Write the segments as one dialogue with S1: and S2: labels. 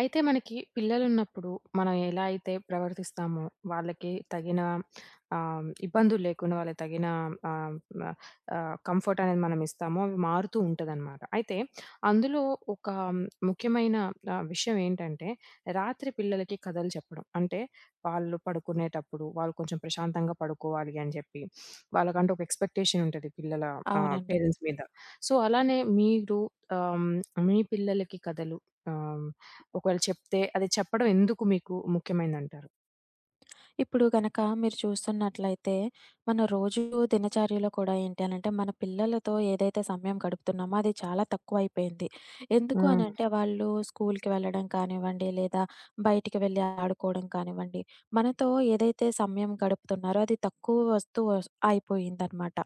S1: అయితే మనకి పిల్లలున్నప్పుడు మనం ఎలా అయితే ప్రవర్తిస్తామో, వాళ్ళకి తగిన ఇబ్బందులు లేకుండా, వాళ్ళకి తగిన ఆహ్, ఆహ్, కంఫర్ట్ అనేది మనం ఇస్తామో, అవి మారుతూ ఉంటదనమాట. అయితే అందులో ఒక ముఖ్యమైన విషయం ఏంటంటే, రాత్రి పిల్లలకి కథలు చెప్పడం. అంటే వాళ్ళు పడుకునేటప్పుడు, వాళ్ళు కొంచెం ప్రశాంతంగా పడుకోవాలి అని చెప్పి, వాళ్ళకంటూ ఒక ఎక్స్‌పెక్టేషన్ ఉంటది పిల్లల
S2: అవునండి.
S1: పేరెంట్స్ మీద. సో, అలానే మీరు ఆహ్, మీ పిల్లలకి కథలు ఆహ్ ఒకవేళ చెప్తే అది చెప్పడం ఎందుకు మీకు ముఖ్యమైందంటారు?
S2: ఇప్పుడు గనక మీరు చూస్తున్నట్లయితే, మన రోజు దినచర్యలో కూడా ఏంటి అనంటే, మన పిల్లలతో ఏదైతే సమయం గడుపుతున్నామో అది చాలా తక్కువైపోయింది. ఎందుకు
S1: హ్మ్.
S2: అనంటే, వాళ్ళు స్కూల్‌కి వెళ్ళడం కానివ్వండి, లేదా బయటికి వెళ్లి ఆడుకోవడం కానివ్వండి, మనతో ఏదైతే సమయం గడుపుతున్నారో అది తక్కువ వస్తూ వస్ అయిపోయిందనమాట.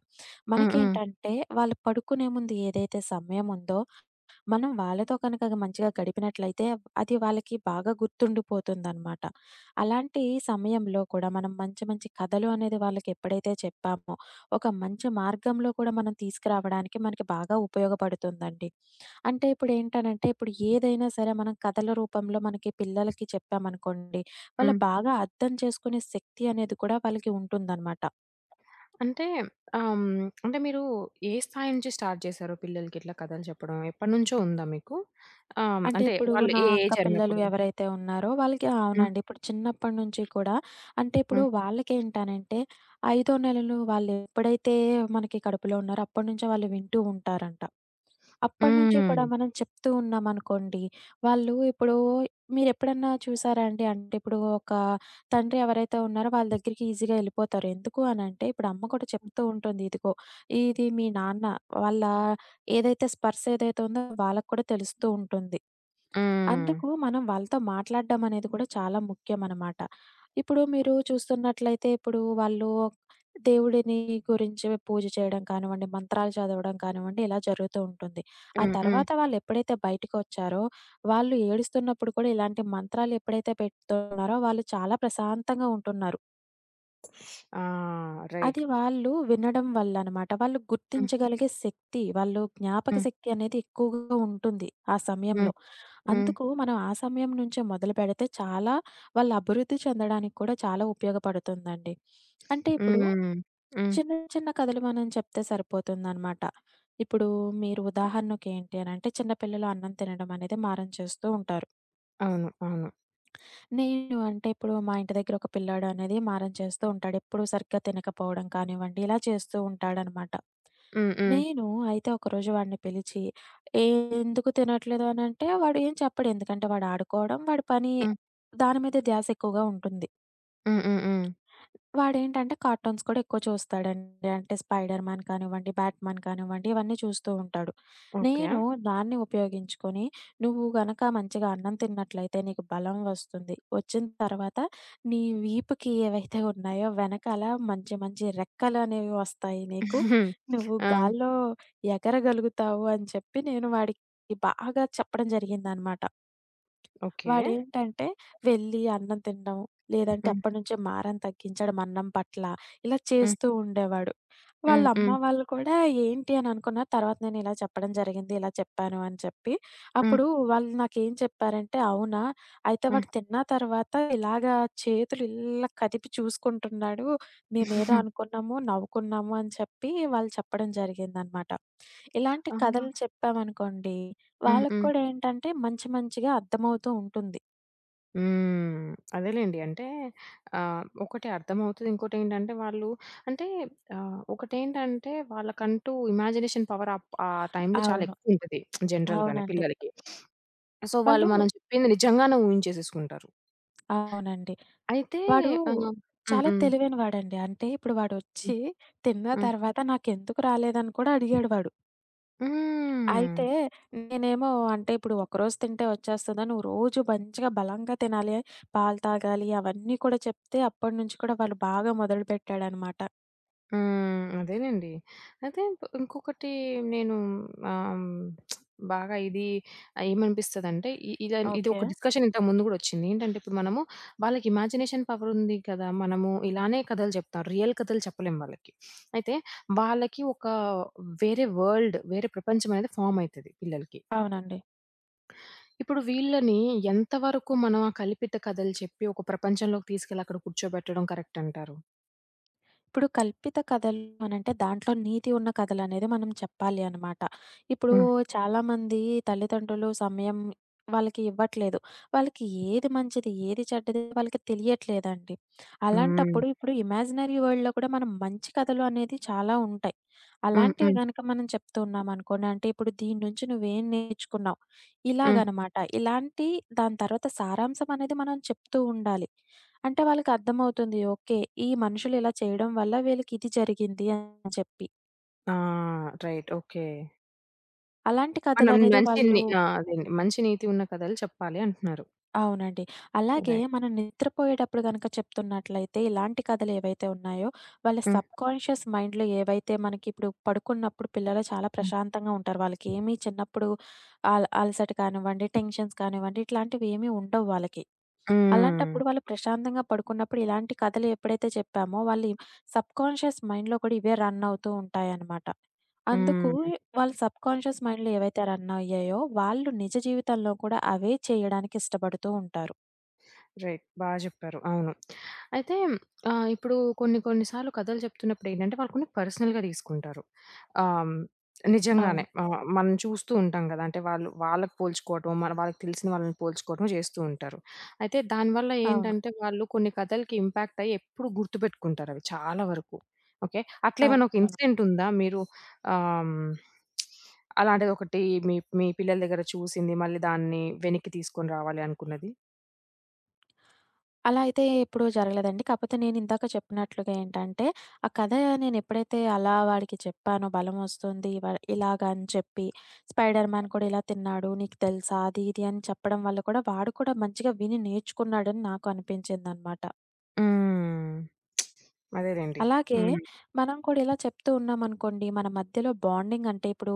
S1: హ్మ్. హ్మ్.
S2: మనకేంటంటే, వాళ్ళు పడుకునే ముందు ఏదైతే సమయం ఉందో మనం వాళ్ళతో కనుక మంచిగా గడిపినట్లయితే అది వాళ్ళకి బాగా గుర్తుండిపోతుందనమాట. అలాంటి సమయంలో కూడా మనం మంచి మంచి కథలు అనేది వాళ్ళకి ఎప్పుడైతే చెప్పామో, ఒక మంచి మార్గంలో కూడా మనం తీసుకురావడానికి మనకి బాగా ఉపయోగపడుతుందండి. అంటే ఇప్పుడేంటనంటే ఇప్పుడు ఏదైనా సరే మనం కథల రూపంలో మనకి పిల్లలకి చెప్పామనుకోండి, వాళ్ళు
S1: హ్మ్.
S2: బాగా అర్థం చేసుకునే శక్తి అనేది కూడా వాళ్ళకి ఉంటుందనమాట.
S1: అంటే హ్మ్. అంటే మీరు ఏ స్థాయి నుంచి స్టార్ట్ చేశారు పిల్లలకి ఇట్లా కథలు చెప్పడం? ఎప్పటినుంచో ఉందా మీకు? హ్మ్.
S2: అంటే
S1: అంటే
S2: ఇప్పుడు
S1: వాళ్ళు
S2: నా
S1: ఏ
S2: అక్క
S1: ఏజ్
S2: పిల్లలు
S1: అన్నప్పుడు?
S2: ఎవరైతే ఉన్నారో వాళ్ళకి
S1: హ్మ్.
S2: అవునండి. ఇప్పుడు చిన్నప్పటి నుంచి కూడా అంటే ఇప్పుడు
S1: హ్మ్.
S2: వాళ్ళకేంటనంటే, ఐదో నెలలు వాళ్ళు ఎప్పుడైతే మనకి కడుపులో ఉన్నారో అప్పటినుంచే వాళ్ళు వింటూ ఉంటారంట. అప్పటినుంచి కూడా
S1: హ్మ్.
S2: మనం చెప్తూ ఉన్నామనుకోండి, వాళ్ళు ఇప్పుడు మీరెప్పుడన్నా చూసారా అండి? అంటే ఇప్పుడు ఒక తండ్రి ఎవరైతే ఉన్నారో వాళ్ళ దగ్గరికి ఈజీగా ఎళ్ళిపోతారు. ఎందుకు అనంటే ఇప్పుడు అమ్మ కూడా చెప్తూ ఉంటుంది. ఇదిగో ఇది మీ నాన్న వాళ్ళ ఏదైతే స్పర్శ ఏదైతే ఉందో వాళ్ళకి కూడా తెలుస్తూ ఉంటుంది. అందుకు
S1: హ్మ్.
S2: మనం వాళ్ళతో మాట్లాడడం అనేది కూడా చాలా ముఖ్యమనమాట. ఇప్పుడు మీరు చూస్తున్నట్లయితే ఇప్పుడు వాళ్ళు దేవుడిని గురించి పూజ చేయడం కానివ్వండి, మంత్రాలు చదవడం కానివ్వండి ఇలా జరుగుతూ ఉంటుంది. ఆ
S1: హ్మ్. హ్మ్.
S2: తర్వాత వాళ్ళు ఎప్పుడైతే బయటికొచ్చారో, వాళ్ళు ఏడుస్తున్నప్పుడు కూడా ఇలాంటి మంత్రాలు ఎప్పుడైతే పెడుతున్నారో వాళ్ళు చాలా ప్రశాంతంగా ఉంటున్నారు.
S1: ఆ!
S2: అది
S1: రైట్.
S2: వాళ్ళు వినడం వల్ల అనమాట. వాళ్ళు
S1: హ్మ్.
S2: గుర్తించగలిగే శక్తి, వాళ్ళు జ్ఞాపక
S1: హ్మ్.
S2: శక్తి అనేది ఎక్కువగా ఉంటుంది ఆ
S1: హ్మ్.
S2: సమయంలో.
S1: హ్మ్.
S2: అందుకు మనం ఆ సమయం నుంచే మొదలుపెడితే చాలా వాళ్ళు అభివృద్ధి చెందడానికి కూడా చాలా ఉపయోగపడుతుందండి. అంటే ఇప్పుడు
S1: హ్మ్. హ్మ్.
S2: చిన్న చిన్న కథలు మనం చెప్తే సరిపోతుందనమాట. ఇప్పుడు మీరు ఉదాహరణకేంటి అనంటే చిన్న పిల్లలు అన్నం తినడం అనేది మారం చేస్తూ ఉంటారు.
S1: అవును. అవును.
S2: నేను అంటే ఇప్పుడు మా ఇంటి దగ్గర ఒక పిల్లాడు అనేది మారం చేస్తూ ఉంటాడు. ఎప్పుడు సరిగ్గా తినకపోవడం కానివ్వండి, ఇలా చేస్తూ ఉంటాడనమాట.
S1: హ్మ్. హ్మ్.
S2: నేను అయితే ఒకరోజు వాడిని పిలిచి, "ఏ, "ఎందుకు తినట్లేదు" అనంటే వాడు ఏం చెప్పడు. ఎందుకంటే వాడు ఆడుకోవడం, వాడి పని
S1: హ్మ్.
S2: దాని మీదే ధ్యాస ఎక్కువగా ఉంటుంది.
S1: హ్మ్. హ్మ్. హ్మ్.
S2: వాడేంటంటే కార్టూన్స్ కూడా ఎక్కువ చూస్తాడండి. అంటే 'స్పైడర్ మ్యాన్' కానివ్వండి, 'బ్యాట్ మ్యాన్' కానివ్వండి ఇవన్నీ చూస్తూ ఉంటాడు.
S1: ఓకే.
S2: నేను దాన్ని ఉపయోగించుకొని నువ్వు గనక మంచిగా అన్నం తిన్నట్లయితే నీకు బలం వస్తుంది. వచ్చిన తర్వాత నీ వీపుకి ఏవైతే ఉన్నాయో వెనకాల మంచి మంచి రెక్కలనేవి వస్తాయి నీకు. నువ్వు
S1: ఆ!
S2: గాల్లో ఎగరగలుగుతావు అని చెప్పి నేను వాడికి బాగా చెప్పడం జరిగిందనమాట.
S1: ఓకే.
S2: వాడేంటంటే వెళ్ళి అన్నం తినడం, లేదంటే
S1: హ్మ్.
S2: అప్పటినుంచే మారం తగ్గించడం అన్నం పట్ల, ఇలా
S1: హ్మ్.
S2: చేస్తూ ఉండేవాడు. వాళ్ళ
S1: హ్మ్. హ్మ్.
S2: అమ్మ
S1: హ్మ్.
S2: వాళ్ళు కూడా ఏంటి అని అనుకున్నారు. తర్వాత నేను ఇలా చెప్పడం జరిగింది. ఇలా చెప్పాను అని చెప్పి.
S1: హ్మ్. హ్మ్.
S2: అప్పుడు వాళ్ళు నాకేం చెప్పారంటే, "అవునా! అయితే
S1: హ్మ్.
S2: వాడు తిన్న తర్వాత ఇలాగా చేతులు ఇలా కదిపి చూసుకుంటున్నాడు. మేమేదో అనుకున్నాము, నవ్వుకున్నాము" అని చెప్పి వాళ్ళు చెప్పడం జరిగిందనమాట. ఇలాంటి
S1: ఆ!
S2: కథలు చెప్పామనుకోండి,
S1: హ్మ్.
S2: వాళ్ళకి
S1: హ్మ్.
S2: కూడా ఏంటంటే మంచి మంచిగా అర్థమవుతూ ఉంటుంది.
S1: హ్మ్. అదేలెండి. అంటే ఒకటి అర్థమవుతది. ఇంకోటేంటంటే వాళ్ళు అంటే ఒకటేంటంటే వాళ్ళకంటూ ఇమాజినేషన్ పవర్ అప్ ఆ టైంలో చాలా
S2: అవును.
S1: ఎక్కువుంటది జనరల్‌గానే
S2: అవునండి.
S1: పిల్లలకి. సో, వాళ్ళు
S2: వాళ్ళు
S1: మనం చెప్పింది నిజంగానే ఊహించేసేసుకుంటారు.
S2: అవునండి.
S1: అయితే
S2: వాడు
S1: ఆహ్ హ్మ్.
S2: చాలా
S1: హ్మ్.
S2: తెలివైన వాడండి. అంటే ఇప్పుడు
S1: హ్మ్.
S2: వాడొచ్చి తిన్న
S1: హ్మ్.
S2: తర్వాత నాకెందుకు రాలేదని కూడా అడిగాడు వాడు.
S1: హ్మ్.
S2: అయితే నేనేమో అంటే ఇప్పుడు ఒకరోజు తింటే వచ్చేస్తదా? నువ్వు రోజు మంచిగా బలంగా తినాలి, పాలు తాగాలి అవన్నీ కూడా చెప్తే అప్పటినుంచి కూడా వాళ్ళు బాగా మొదలుపెట్టాడనమాట.
S1: హ్మ్. అదేనండి. అయితే ఇంకొకటి నేను ఆహ్, బాగా ఇది ఏమనిపిస్తదంటే ఇలా ఇది
S2: ఓకే.
S1: ఒక డిస్కషన్ ఇంతకు ముందు గూడా ఒచ్చింది. ఏంటంటే ఇప్పుడు మనము వాళ్ళకి ఇమాజినేషన్ పవర్ ఉంది కదా! మనము ఇలానే కథలు చెప్తాం. రియల్ కథలు చెప్పలేం వాళ్ళకి. అయితే వాళ్ళకి ఒక వేరే వరల్డ్, వేరే ప్రపంచం అనేది ఫార్మ్ అయితది పిల్లలకి.
S2: అవునండి.
S1: ఇప్పుడు వీళ్ళని ఎంత వరకు మనం ఆ కల్పిత కథలు చెప్పి ఒక ప్రపంచంలోకి తీసుకెళ్ళి అక్కడ కూర్చోబెట్టడం కరెక్ట్ అంటారు?
S2: ఇప్పుడు కల్పిత కథలు అనంటే దాంట్లో నీతి ఉన్న కథలనేది మనం చెప్పాలి అనమాట. ఇప్పుడు
S1: హ్మ్.
S2: చాలామంది తల్లిదండ్రులు సమయం వాళ్ళకి ఇవ్వట్లేదు. వాళ్ళకి ఏది మంచిది, ఏది చెడ్డది వాళ్ళకి తెలియట్లేదండి.
S1: హ్మ్.
S2: అలాంటప్పుడు ఇప్పుడు ఇమాజినరీ వరల్డ్‌లో కూడా మనం మంచి కథలు అనేది చాలా ఉంటాయి.
S1: హ్మ్.
S2: అలాంటివి
S1: హ్మ్.
S2: గనక మనం చెప్తూ ఉన్నామనుకోండి అంటే ఇప్పుడు దీని నుంచి నువ్వేం నేర్చుకున్నావు?
S1: హ్మ్.
S2: ఇలాగనమాట. ఇలాంటి దాని తర్వాత సారాంశం అనేది మనం చెప్తూ ఉండాలి. అంటే వాళ్ళకర్థమవుతుంది. ఓకే. ఈ మనుషులు ఇలా చేయడం వల్ల వీళ్ళకి ఇది జరిగింది అని చెప్పి.
S1: ఆ! రైట్. ఓకే.
S2: అలాంటి
S1: మనం
S2: కథలనేది
S1: మంచి
S2: వాళ్ళు
S1: ని ఆ! అదేండి. మంచి నీతి ఉన్న కథలు చెప్పాలి అంటున్నారు.
S2: అవునండి. అలాగే
S1: రైట్.
S2: మనం నిద్రపోయేటప్పుడు గనక చెప్తున్నట్లయితే ఇలాంటి కథలు ఏవైతే ఉన్నాయో వాళ్ళ
S1: హ్మ్.
S2: సబ్‌కాన్షియస్ మైండ్‌లో ఏవైతే మనకి ఇప్పుడు పడుకున్నప్పుడు పిల్లలు చాలా
S1: హ్మ్.
S2: ప్రశాంతంగా ఉంటారు. వాళ్ళకి ఏమి చిన్నప్పుడు అలసట కానివ్వండి, టెన్షన్స్ కానివ్వండి ఇట్లాంటివి ఏమి ఉండవు వాళ్ళకి.
S1: హ్మ్.
S2: అలాంటప్పుడు వాళ్ళు ప్రశాంతంగా పడుకున్నప్పుడు ఇలాంటి కథలు ఎప్పుడైతే చెప్పామో వాళ్ళ సబ్‌కాన్షియస్ మైండ్‌లో కూడా ఇవే రన్ అవుతూ ఉంటాయన్నమాట. అందుకు
S1: హ్మ్.
S2: వాళ్ళ సబ్‌కాన్‌షియస్ మైండ్‌లో ఏవైతే రన్ అయ్యాయో, వాళ్ళు నిజ జీవితంలో కూడా అవే చేయడానికి ఇష్టపడుతూ ఉంటారు.
S1: రైట్. బా జెప్పారు. అవును. అయితే ఇప్పుడు కొన్ని కొన్ని సార్లు కథలు చెప్తున్నప్పుడు ఏంటంటే, వాళ్ళు కొన్ని పర్సనల్‌గా తీసుకుంటారు. ఆహ్, నిజంగానే
S2: అవును.
S1: మనం చూస్తూ ఉంటాం గదా! అంటే వాళ్ళు వాళ్ళకి పోల్చుకోవటం, మన వాళ్ళకి తెలిసిన వాళ్ళని పోల్చుకోవటం జేస్తూ ఉంటారు. అయితే దానివల్ల
S2: అవును.
S1: ఏంటంటే, వాళ్ళు కొన్ని కథలకి ఇంపాక్ట్ అయ్యి ఎప్పుడు గుర్తుపెట్టుకుంటారవి చాలా వరకు. ఓకే. అట్లేమైనా ఒక
S2: అవును.
S1: ఇన్సిడెంట్ ఉందా? మీరు ఆహ్, అలాంటిదొకటి మీ మీ పిల్లల దగ్గర చూసింది, మళ్ళీ దాన్ని వెనక్కి తీసుకొని రావాలి అనుకున్నది?
S2: అలా అయితే ఎప్పుడూ జరగలేదండి. కాకపోతే నేను ఇందాక చెప్పినట్లుగా ఏంటంటే, ఆ కథ నేను ఎప్పుడైతే అలా వాడికి చెప్పానో బలం వస్తుంది వ ఇలాగ అని చెప్పి, స్పైడర్ మ్యాన్ కూడా ఇలా తిన్నాడు, నీకు తెలుసా? అది ఇది అని చెప్పడం వల్ల కూడా వాడు కూడా మంచిగా విని నేర్చుకున్నాడని నాకు అనిపించిందనమాట.
S1: హ్మ్. అదేలెండి.
S2: అలాగే
S1: హ్మ్.
S2: మనం కూడా ఇలా చెప్తూ ఉన్నామనుకోండి, మన మధ్యలో బాండింగ్ అంటే ఇప్పుడు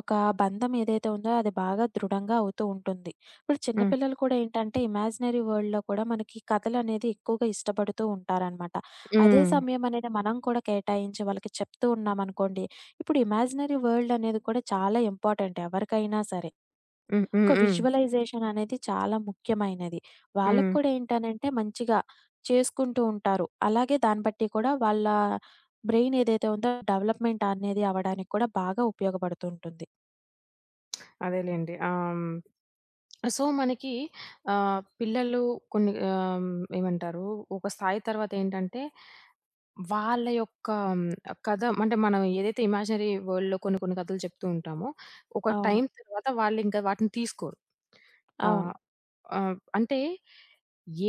S2: ఒక బంధం ఏదైతే ఉందో అది బాగా దృఢంగా అవుతూ ఉంటుంది. ఇప్పుడు చిన్న
S1: హ్మ్.
S2: పిల్లలు కూడా ఏంటంటే ఇమాజినరీ వరల్డ్‌లో కూడా మనకి కథలనేది ఎక్కువగా ఇష్టపడుతూ ఉంటారనమాట. అదే
S1: హ్మ్.
S2: సమయం అనేది మనం కూడా కేటాయించి వాళ్ళకి చెప్తూ ఉన్నామనుకోండి, ఇప్పుడు ఇమాజినరీ వరల్డ్ అనేది కూడా చాలా ఇంపార్టెంట్ ఎవరికైనా సరే.
S1: హ్మ్.
S2: ఒక
S1: హ్మ్. హ్మ్.
S2: విజువలైజేషన్ అనేది చాలా ముఖ్యమైనది. వాళ్ళకి
S1: హ్మ్.
S2: కూడా ఏంటనంటే మంచిగా చేసుకుంటూ ఉంటారు. అలాగే దాన్ని బట్టి కూడా వాళ్ళ బ్రెయిన్ ఏదైతే ఉందో డెవలప్‌మెంట్ అనేది అవ్వడానికి కూడా బాగా ఉపయోగపడుతుంటుంది.
S1: అదేలెండి. సో, మనకి పిల్లలు కొన్ని ఏమంటారు ఒక స్థాయి తర్వాతేంటంటే, వాళ్ళ యొక్క కథ అంటే మనం ఏదైతే ఇమాజినరీ వరల్డ్‌లో కొన్ని కొన్ని కథలు చెప్తూ ఉంటామో, ఒక
S2: అవును.
S1: టైమ్ తర్వాత వాళ్ళింకా వాటిని తీసుకోరు. ఆ!
S2: అవును.
S1: అంటే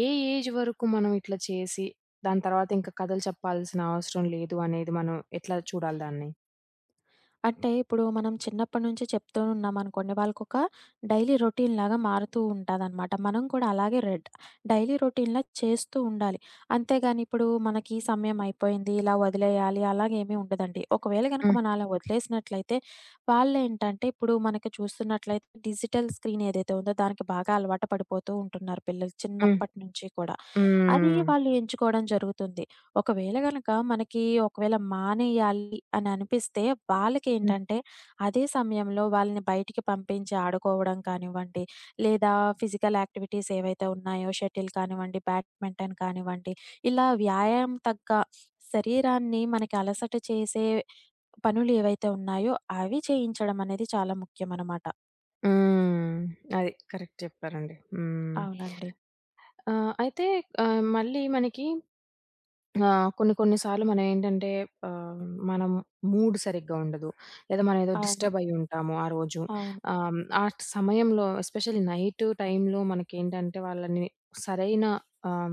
S1: ఏ ఏజ్ వరకు మనం ఇట్లా చేసి, దాని తర్వాత ఇంకా కథలు చెప్పాల్సిన అవసరం లేదు అనేది మనం ఎట్లా చూడాలి దాన్ని?
S2: అంటే ఇప్పుడు మనం చిన్నప్పటి నుంచి చెప్తూ ఉన్నామనుకోండి, వాళ్ళకొక డైలీ రొటీన్‌లాగా మారుతూ ఉంటాదనమాట. మనం కూడా అలాగే డైలీ రొటీన్‌లా చేస్తూ ఉండాలి. అంతేగాని ఇప్పుడు మనకి ఈ సమయం అయిపోయింది, ఇలా వదిలేయాలి అలాగేమీ ఉండదండి. ఒకవేళ గనక
S1: హ్మ్.
S2: మనం అలా వదిలేసినట్లయితే వాళ్ళేంటంటే ఇప్పుడు మనకి చూస్తున్నట్లయితే డిజిటల్ స్క్రీన్ ఏదైతే ఉందో దానికి బాగా అలవాటు పడిపోతూ ఉంటున్నారు పిల్లలు
S1: హ్మ్.
S2: చిన్నప్పటి నుంచి కూడా. అది
S1: హ్మ్.
S2: వాళ్ళు ఎంచుకోవడం జరుగుతుంది. ఒకవేళ గనక మనకి ఒకవేళ మానేయాలి అని అనిపిస్తే
S1: హ్మ్.
S2: వాళ్ళకేంటంటే, అదే సమయంలో వాళ్ళని బయటికి పంపించి ఆడుకోవడం కానివ్వండి, లేదా ఫిజికల్ యాక్టివిటీస్ ఏవైతే ఉన్నాయో షటిల్ కానివ్వండి, బ్యాడ్మింటన్ కానివ్వండి, ఇలా వ్యాయామం తగ్గ శరీరాన్ని మనకి అలసట చేసే పనులు ఏవైతే ఉన్నాయో అవి చేయించడం అనేది చాలా ముఖ్యమనమాట.
S1: హ్మ్. అది. కరెక్ట్ చెప్పారండి. హ్మ్.
S2: అవునండి.
S1: అయితే మళ్ళీ మనకి ఆ! కొన్ని కొన్ని సార్లు మనమేంటంటే ఆహ్, మనం మూడ్ సరిగ్గా ఉండదు. లేదా మనం ఏదో
S2: అవును.
S1: డిస్టర్బ్ అయ్యి ఉంటాము ఆ రోజు.
S2: అవును.
S1: ఆ సమయంలో ఎస్పెషల్లీ నైట్ టైంలో మనకేంటంటే వాళ్ళని సరైన ఆహ్,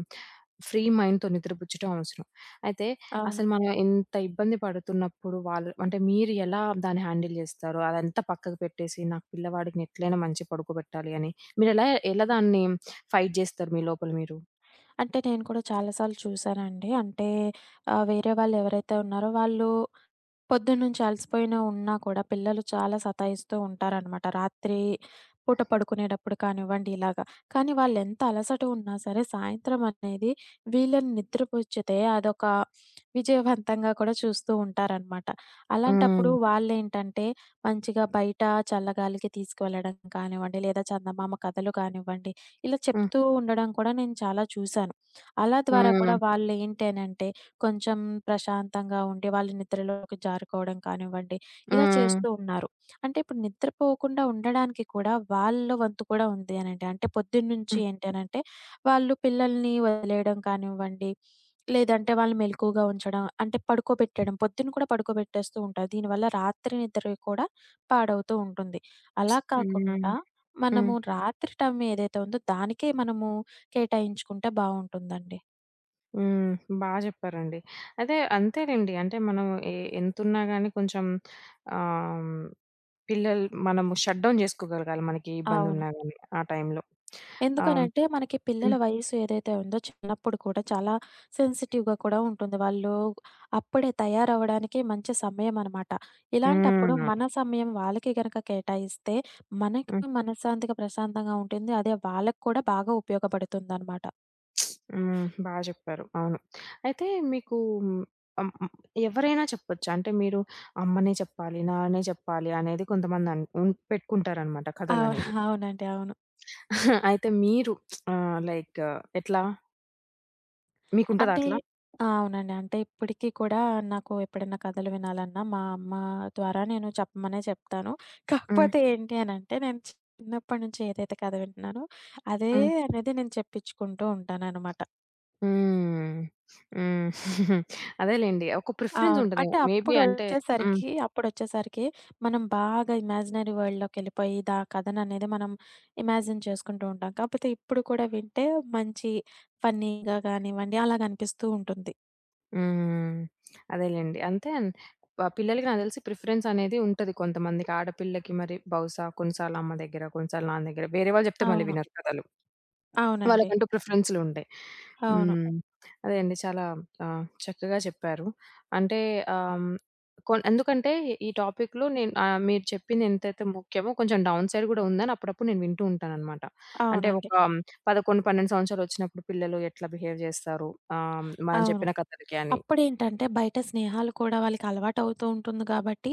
S1: ఫ్రీ మైండ్‌తో నిద్రపుచ్చటం అవసరం. అయితే
S2: అవును.
S1: అసలు మనం ఎంత ఇబ్బంది పడుతున్నప్పుడు వాళ్ళు అంటే మీరు ఎలా దాన్ని హ్యాండిల్ జేస్తారు? అదంతా పక్కకు పెట్టేసి నాకు పిల్లవాడిని ఎట్లైనా మంచిగా పడుకోబెట్టాలి అని. మీరెలా ఎలా ఎలా దాన్ని ఫైట్ జేస్తారు మీ లోపల మీరు?
S2: అంటే నేను కూడా చాలా సార్లు చూసానండి. అంటే వేరే వాళ్ళెవరైతే ఉన్నారో వాళ్ళు పొద్దున్నుంచి అలసిపోయిన ఉన్నా కూడా పిల్లలు చాలా సతాయిస్తూ ఉంటారనమాట. రాత్రి పూట పడుకునేటప్పుడు కానివ్వండి ఇలాగా. కానీ వాళ్ళెంత అలసట ఉన్నా సరే సాయంత్రం అనేది వీళ్ళని నిద్రపుచ్చితే అదొక విజయవంతంగా కూడా చూస్తూ ఉంటారనమాట. అలాంటప్పుడు
S1: హ్మ్.
S2: వాళ్ళేంటంటే మంచిగా బయట చల్లగాలికి తీసుకువెళ్ళడం కానివ్వండి, లేదా చందమామ కథలు కానివ్వండి, ఇలా
S1: హ్మ్.
S2: చెప్తూ ఉండడం కూడా నేను చాలా చూశాను. అలా ద్వారా కూడా
S1: హ్మ్.
S2: వాళ్ళేంటి అనంటే కొంచెం ప్రశాంతంగా ఉండి, వాళ్ళు నిద్రలోకి జారుకోవడం కానివ్వండి, ఇలా
S1: హ్మ్.
S2: చేస్తూ ఉన్నారు. అంటే ఇప్పుడు నిద్రపోకుండా ఉండడానికి కూడా వాళ్ళ వంతు కూడా ఉంది అనండి. అంటే పొద్దున్నుంచి
S1: హ్మ్.
S2: ఏంటి అనంటే, వాళ్ళు పిల్లల్ని వదిలేయడం కానివ్వండి, లేదంటే వాళ్ళని మెలకువగా ఉంచడం, అంటే పడుకోబెట్టడం. పొద్దున్న కూడా పడుకోబెట్టేస్తూ ఉంటారు. దీనివల్ల రాత్రి నిద్ర కూడా పాడవుతూ ఉంటుంది. అలా
S1: హ్మ్.
S2: కాకుండా
S1: హ్మ్.
S2: మనము రాత్రి టైం ఏదైతే ఉందో దానికే మనము కేటాయించుకుంటే బావుంటుందండి.
S1: హ్మ్. బా జెప్పారండి. అదే అంతేలెండి. అంటే మనం ఎంతున్నా గాని కొంచెం ఆహ్, పిల్లలు మనము షట్ డౌన్ జేసుకోగలగాలి. మనకి ఏ
S2: అవును.
S1: ఇబ్బందున్నా గాని ఆ టైంలో. ఆహ్,
S2: ఎందుకనంటే, మనకి పిల్లల
S1: హ్మ్.
S2: వయస్సు ఏదైతే ఉందో చిన్నప్పుడు కూడా చాలా సెన్సిటివ్‌గా కూడా ఉంటుంది. వాళ్ళు అప్పుడే తయారవ్వడానికి మంచి సమయం అనమాట. ఇలాంటప్పుడు
S1: హ్మ్.
S2: మన సమయం వాళ్ళకి గనక కేటాయిస్తే, మనకి
S1: హ్మ్.
S2: మనశ్శాంతిగా, ప్రశాంతంగా ఉంటుంది. అదే వాళ్ళకి కూడా బాగా ఉపయోగపడుతుందనమాట.
S1: హ్మ్. బా జెప్పారు. అవును. అయితే మీకు హ్మ్. ఎవరైనా చెప్పొచ్చా? అంటే మీరు అమ్మనే చెప్పాలి, నాన్నే చెప్పాలి అనేది కొంతమంది అన్ ఉన్ పెట్టుకుంటారనమాట
S2: అవును.
S1: కథలనేవి.
S2: అవునండి. అవును.
S1: అయితే మీరు లైక్ ఎట్లా? మీకుంటదా
S2: అంటే
S1: అట్లా?
S2: ఆ! అవునండి. అంటే ఇప్పటికి కూడా నాకు ఎప్పుడైనా కథలు వినాలన్నా మా అమ్మ ద్వారా నేను చెప్పమనే చెప్తాను.
S1: హ్మ్.
S2: కాకపోతే ఏంటి అనంటే నేను చిన్నప్పటి నుంచి ఏదైతే కథ వింటున్నానో అదే
S1: హ్మ్.
S2: అనేది నేను చెప్పించుకుంటూ ఉంటాననమాట.
S1: హ్మ్. హ్మ్. అదేలెండి. ఒక ప్రిఫరెన్స్
S2: అవును.
S1: ఉంటదేమో.
S2: అంటే
S1: మేబీ అంటే హ్మ్.
S2: అప్పుడొచ్చేసరికి అప్పుడొచ్చేసరికి మనం బాగా ఇమాజినరీ వరల్డ్‌లోకెళ్ళిపోయి కథననేది మనం ఇమాజిన్ చేసుకుంటూ ఉంటాం. కాకపోతే ఇప్పుడు కూడా వింటే మంచి ఫన్నీగా కానివ్వండి అలాగ అనిపిస్తూ ఉంటుంది.
S1: హ్మ్. అదేలెండి. అంతే అన్ వ పిల్లలకి నాకు తెలిసి ప్రిఫరెన్స్ అనేది ఉంటది కొంతమందికి. ఆడపిల్లకి మరి బహుశా కొన్నిసార్లు అమ్మ దగ్గర, కొన్నిసార్లు నాన్న దగ్గర. వేరే వాళ్ళు చెప్తే మళ్ళీ
S2: అవును.
S1: వినరు కదా!
S2: అవునండి.
S1: వాళ్ళకంటూ ప్రిఫరెన్స్‌లుంటాయి. హ్మ్.
S2: అవును.
S1: హ్మ్. అదే అండి. చాలా చక్కగా చెప్పారు. అంటే ఆహ్, కొన్ ఎందుకంటే ఈ టాపిక్‌లో నేను మీరు చెప్పింది ఎంతైతే ముఖ్యమో కొంచెం డౌన్ సైడ్ గూడా ఉందని అప్పుడప్పుడు నేను వింటూ ఉంటాననమాట. అంటే
S2: అవునండి.
S1: ఒక 11, 12 సంవత్సరాలొచ్చినప్పుడు పిల్లలు ఎట్లా బిహేవ్ జేస్తారు మనం
S2: అవును.
S1: చెప్పిన కథలకి అని.
S2: అప్పుడేంటంటే బయట స్నేహాలు కూడా వాళ్ళకలవాటు అవుతూ ఉంటుంది గాబట్టి,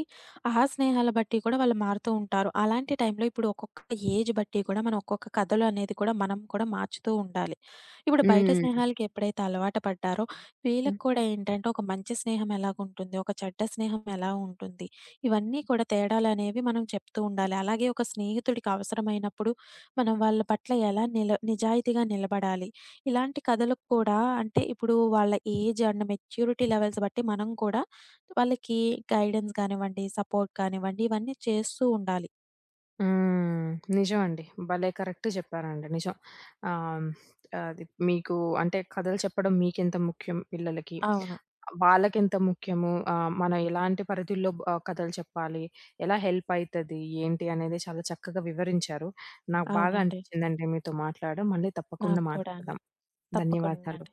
S2: ఆ స్నేహాల బట్టి కూడా వాళ్ళు మారుతూ ఉంటారు. అలాంటి టైంలో ఇప్పుడు ఒక్కొక్క ఏజ్ బట్టి కూడా మనం ఒక్కొక్క కథలు అనేది కూడా మనం కూడా మార్చుతూ ఉండాలి. ఇప్పుడు బయట
S1: హ్మ్.
S2: స్నేహాలకి ఎప్పుడైతే అలవాటు పడ్డారో వీళ్ళకి కూడా ఏంటంటే ఒక మంచి స్నేహం ఎలాగుంటుంది? ఒక చెడ్డ స్నేహం ఎలా ఉంటుంది? ఇవన్నీ కూడా తేడాలనేవి మనం చెప్తూ ఉండాలి. అలాగే ఒక స్నేహితుడికి అవసరమైనప్పుడు మనం వాళ్ళ పట్ల ఎలా నిజాయితీగా నిలబడాలి? ఇలాంటి కథలకు కూడా అంటే ఇప్పుడు వాళ్ళ ఏజ్ అండ్ మెచ్యూరిటీ లెవెల్స్ బట్టి మనం కూడా వాళ్ళకి గైడెన్స్ కానివ్వండి, సపోర్ట్ కానివ్వండి ఇవన్నీ చేస్తూ ఉండాలి.
S1: హ్మ్. నిజమండి. భలే కరెక్ట్ చెప్పారండి. నిజం. ఆహ్, అది మీకు అంటే కథలు చెప్పడం మీకెంత ముఖ్యం పిల్లలకి,
S2: అవును.
S1: వాళ్ళకెంత ముఖ్యము, మనం ఎలాంటి పరిధుల్లో కథలు చెప్పాలి, ఎలా హెల్ప్ అయితది, ఏంటి అనేది చాలా చక్కగా వివరించారు. నాకు బాగా
S2: అవునండి.
S1: అనిపించిందండి మీతో మాట్లాడడం. మళ్ళీ తప్పకుండా
S2: నాకు కూడా అండి.
S1: మాట్లాడదాం.
S2: తప్పకుండా
S1: ధన్యవాదాలు.
S2: అండి.